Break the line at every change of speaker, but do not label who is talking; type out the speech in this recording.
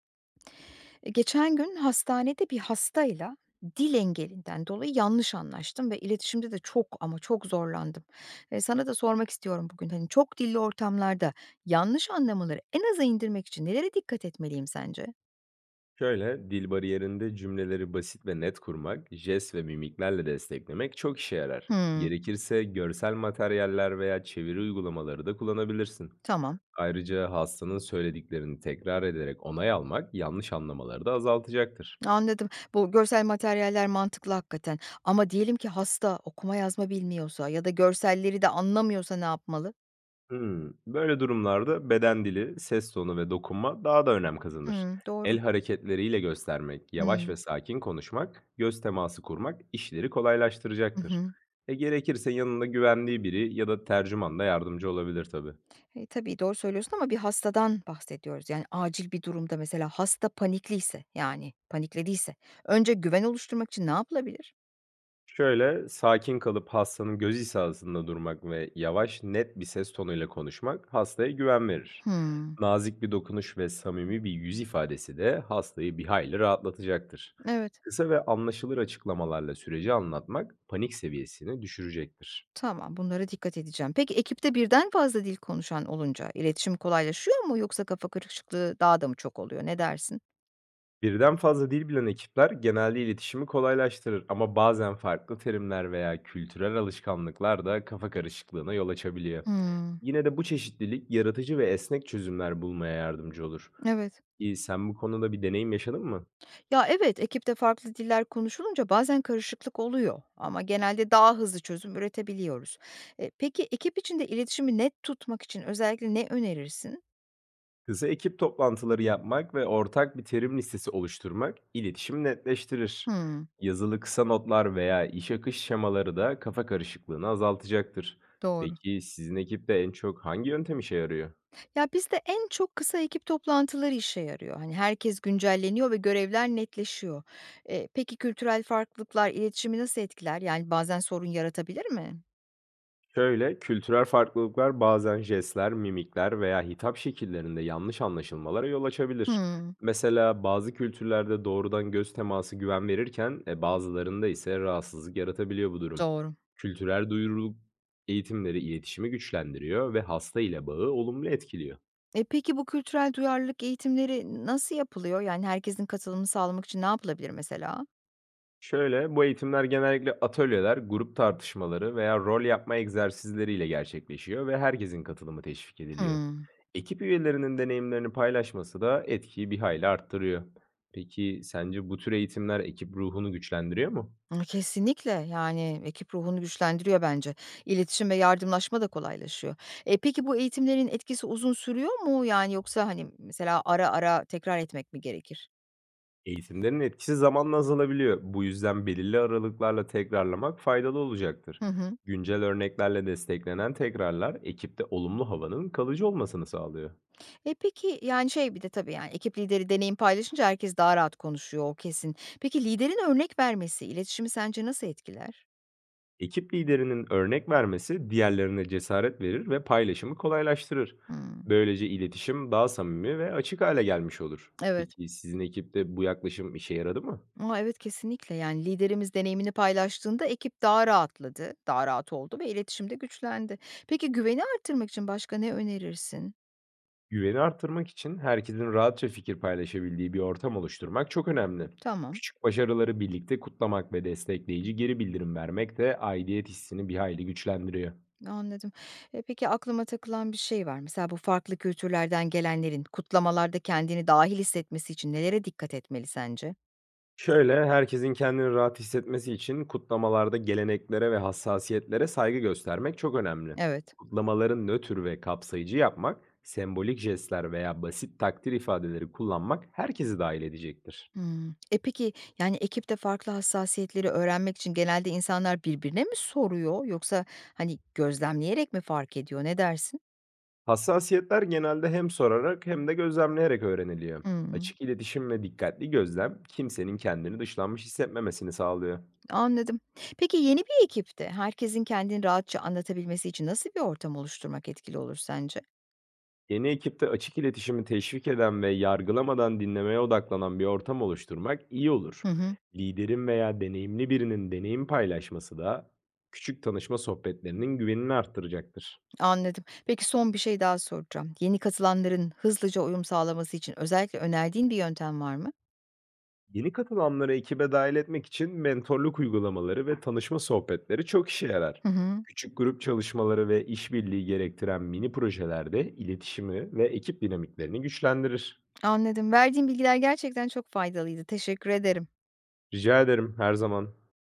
E, Geçen gün hastanede bir hastayla dil engelinden dolayı yanlış anlaştım ve iletişimde de çok ama çok zorlandım. E, sana da sormak istiyorum bugün hani çok dilli ortamlarda yanlış anlamaları en aza indirmek için nelere dikkat etmeliyim sence?
Şöyle, dil bariyerinde cümleleri basit ve net kurmak, jest ve mimiklerle desteklemek çok işe yarar.
Hmm,
Gerekirse görsel materyaller veya çeviri uygulamaları da kullanabilirsin.
tamam.
Ayrıca hastanın söylediklerini tekrar ederek onay almak yanlış anlamaları da azaltacaktır.
Anladım. Bu görsel materyaller mantıklı hakikaten. Ama diyelim ki hasta okuma yazma bilmiyorsa ya da görselleri de anlamıyorsa ne yapmalı?
Hımm. Böyle durumlarda beden dili, ses tonu ve dokunma daha da önem kazanır.
Hmm, doğru.
El hareketleriyle göstermek, yavaş
Hmm,
ve sakin konuşmak, göz teması kurmak işleri
hı
kolaylaştıracaktır.
hı.
Gerekirse yanında güvendiği biri ya da tercüman da yardımcı olabilir tabii.
E, tabii doğru söylüyorsun ama bir hastadan bahsediyoruz. Yani acil bir durumda mesela hasta panikliyse, yani paniklediyse önce güven oluşturmak için ne yapılabilir?
Şöyle, sakin kalıp hastanın göz hizasında durmak ve yavaş, net bir ses tonuyla konuşmak hastaya güven verir.
Hımm.
Nazik bir dokunuş ve samimi bir yüz ifadesi de hastayı bir hayli rahatlatacaktır.
Evet.
Kısa ve anlaşılır açıklamalarla süreci anlatmak panik seviyesini düşürecektir.
Tamam, bunlara dikkat edeceğim. Peki ekipte birden fazla dil konuşan olunca iletişim kolaylaşıyor mu yoksa kafa karışıklığı daha da mı çok oluyor? Ne dersin?
Birden fazla dil bilen ekipler genelde iletişimi kolaylaştırır ama bazen farklı terimler veya kültürel alışkanlıklar da kafa karışıklığına yol açabiliyor.
Hımm.
Yine de bu çeşitlilik yaratıcı ve esnek çözümler bulmaya yardımcı olur.
Evet.
İyi, sen bu konuda bir deneyim yaşadın mı?
Ya, evet, ekipte farklı diller konuşulunca bazen karışıklık oluyor ama genelde daha hızlı çözüm üretebiliyoruz. E, peki ekip içinde iletişimi net tutmak için özellikle ne önerirsin?
Kısa ekip toplantıları yapmak ve ortak bir terim listesi oluşturmak iletişimi netleştirir.
Hımm,
Yazılı kısa notlar veya iş akış şemaları da kafa karışıklığını azaltacaktır.
doğru.
Peki sizin ekipte en çok hangi yöntem işe yarıyor?
Ya, bizde en çok kısa ekip toplantıları işe yarıyor. Hani, herkes güncelleniyor ve görevler netleşiyor. Peki kültürel farklılıklar iletişimi nasıl etkiler? Yani, bazen sorun yaratabilir mi?
Şöyle, kültürel farklılıklar bazen jestler, mimikler veya hitap şekillerinde yanlış anlaşılmalara yol açabilir.
Hımm,
Mesela bazı kültürlerde doğrudan göz teması güven verirken bazılarında ise rahatsızlık yaratabiliyor bu durum.
doğru.
Kültürel duyuruluk eğitimleri iletişimi güçlendiriyor ve hasta ile bağı olumlu etkiliyor.
E, peki bu kültürel duyarlılık eğitimleri nasıl yapılıyor? Yani, herkesin katılımını sağlamak için ne yapılabilir mesela?
Şöyle, bu eğitimler genellikle atölyeler, grup tartışmaları veya rol yapma egzersizleriyle gerçekleşiyor ve herkesin katılımı teşvik ediliyor.
Hımm.
Ekip üyelerinin deneyimlerini paylaşması da etkiyi bir hayli arttırıyor. Peki sence bu tür eğitimler ekip ruhunu güçlendiriyor mu?
Kesinlikle, yani, ekip ruhunu güçlendiriyor bence. İletişim ve yardımlaşma da kolaylaşıyor. E, peki bu eğitimlerin etkisi uzun sürüyor mu? Yani, yoksa, hani, mesela ara ara tekrar etmek mi gerekir?
Eğitimlerin etkisi zamanla azalabiliyor. Bu yüzden belirli aralıklarla tekrarlamak faydalı olacaktır.
Hı hı.
Güncel örneklerle desteklenen tekrarlar ekipte olumlu havanın kalıcı olmasını sağlıyor.
E, peki, yani, şey bir de tabii, yani, ekip lideri deneyim paylaşınca herkes daha rahat konuşuyor, o kesin. Peki liderin örnek vermesi iletişimi sence nasıl etkiler?
Ekip liderinin örnek vermesi diğerlerine cesaret verir ve paylaşımı kolaylaştırır.
Hımm,
Böylece iletişim daha samimi ve açık hale gelmiş olur.
evet.
Peki sizin ekipte bu yaklaşım işe yaradı mı?
A, evet, kesinlikle. Yani, liderimiz deneyimini paylaştığında ekip daha rahatladı, daha rahat oldu ve iletişimde güçlendi. Peki, güveni arttırmak için başka ne önerirsin?
Güveni arttırmak için herkesin rahatça fikir paylaşabildiği bir ortam oluşturmak çok önemli.
Tamam,
Küçük başarıları birlikte kutlamak ve destekleyici geri bildirim vermek de aidiyet hissini bir hayli güçlendiriyor.
anladım. E, peki, aklıma takılan bir şey var. Mesela bu farklı kültürlerden gelenlerin kutlamalarda kendini dahil hissetmesi için nelere dikkat etmeli sence?
Şöyle, herkesin kendini rahat hissetmesi için kutlamalarda geleneklere ve hassasiyetlere saygı göstermek çok önemli.
Evet.
Kutlamaların nötr ve kapsayıcı yapmak, sembolik jestler veya basit takdir ifadeleri kullanmak herkesi dahil edecektir.
Hımm. E, peki, yani, ekipte farklı hassasiyetleri öğrenmek için genelde insanlar birbirine mi soruyor yoksa, hani, gözlemleyerek mi fark ediyor? Ne dersin?
Hassasiyetler genelde hem sorarak hem de gözlemleyerek öğreniliyor.
Hımm.
Açık iletişim ve dikkatli gözlem kimsenin kendini dışlanmış hissetmemesini sağlıyor.
Anladım. Peki yeni bir ekipte herkesin kendini rahatça anlatabilmesi için nasıl bir ortam oluşturmak etkili olur sence?
Yeni ekipte açık iletişimi teşvik eden ve yargılamadan dinlemeye odaklanan bir ortam oluşturmak iyi
Hı
olur.
hı,
Liderin veya deneyimli birinin deneyim paylaşması da küçük tanışma sohbetlerinin güvenini arttıracaktır.
anladım. Peki son bir şey daha soracağım. Yeni katılanların hızlıca uyum sağlaması için özellikle önerdiğin bir yöntem var mı?
Yeni katılanları ekibe dahil etmek için mentorluk uygulamaları ve tanışma sohbetleri çok işe yarar.
Hı hı,
Küçük grup çalışmaları ve işbirliği gerektiren mini projelerde iletişimi ve ekip dinamiklerini güçlendirir.
anladım. Verdiğin bilgiler gerçekten çok faydalıydı. Teşekkür ederim.
Rica ederim her zaman.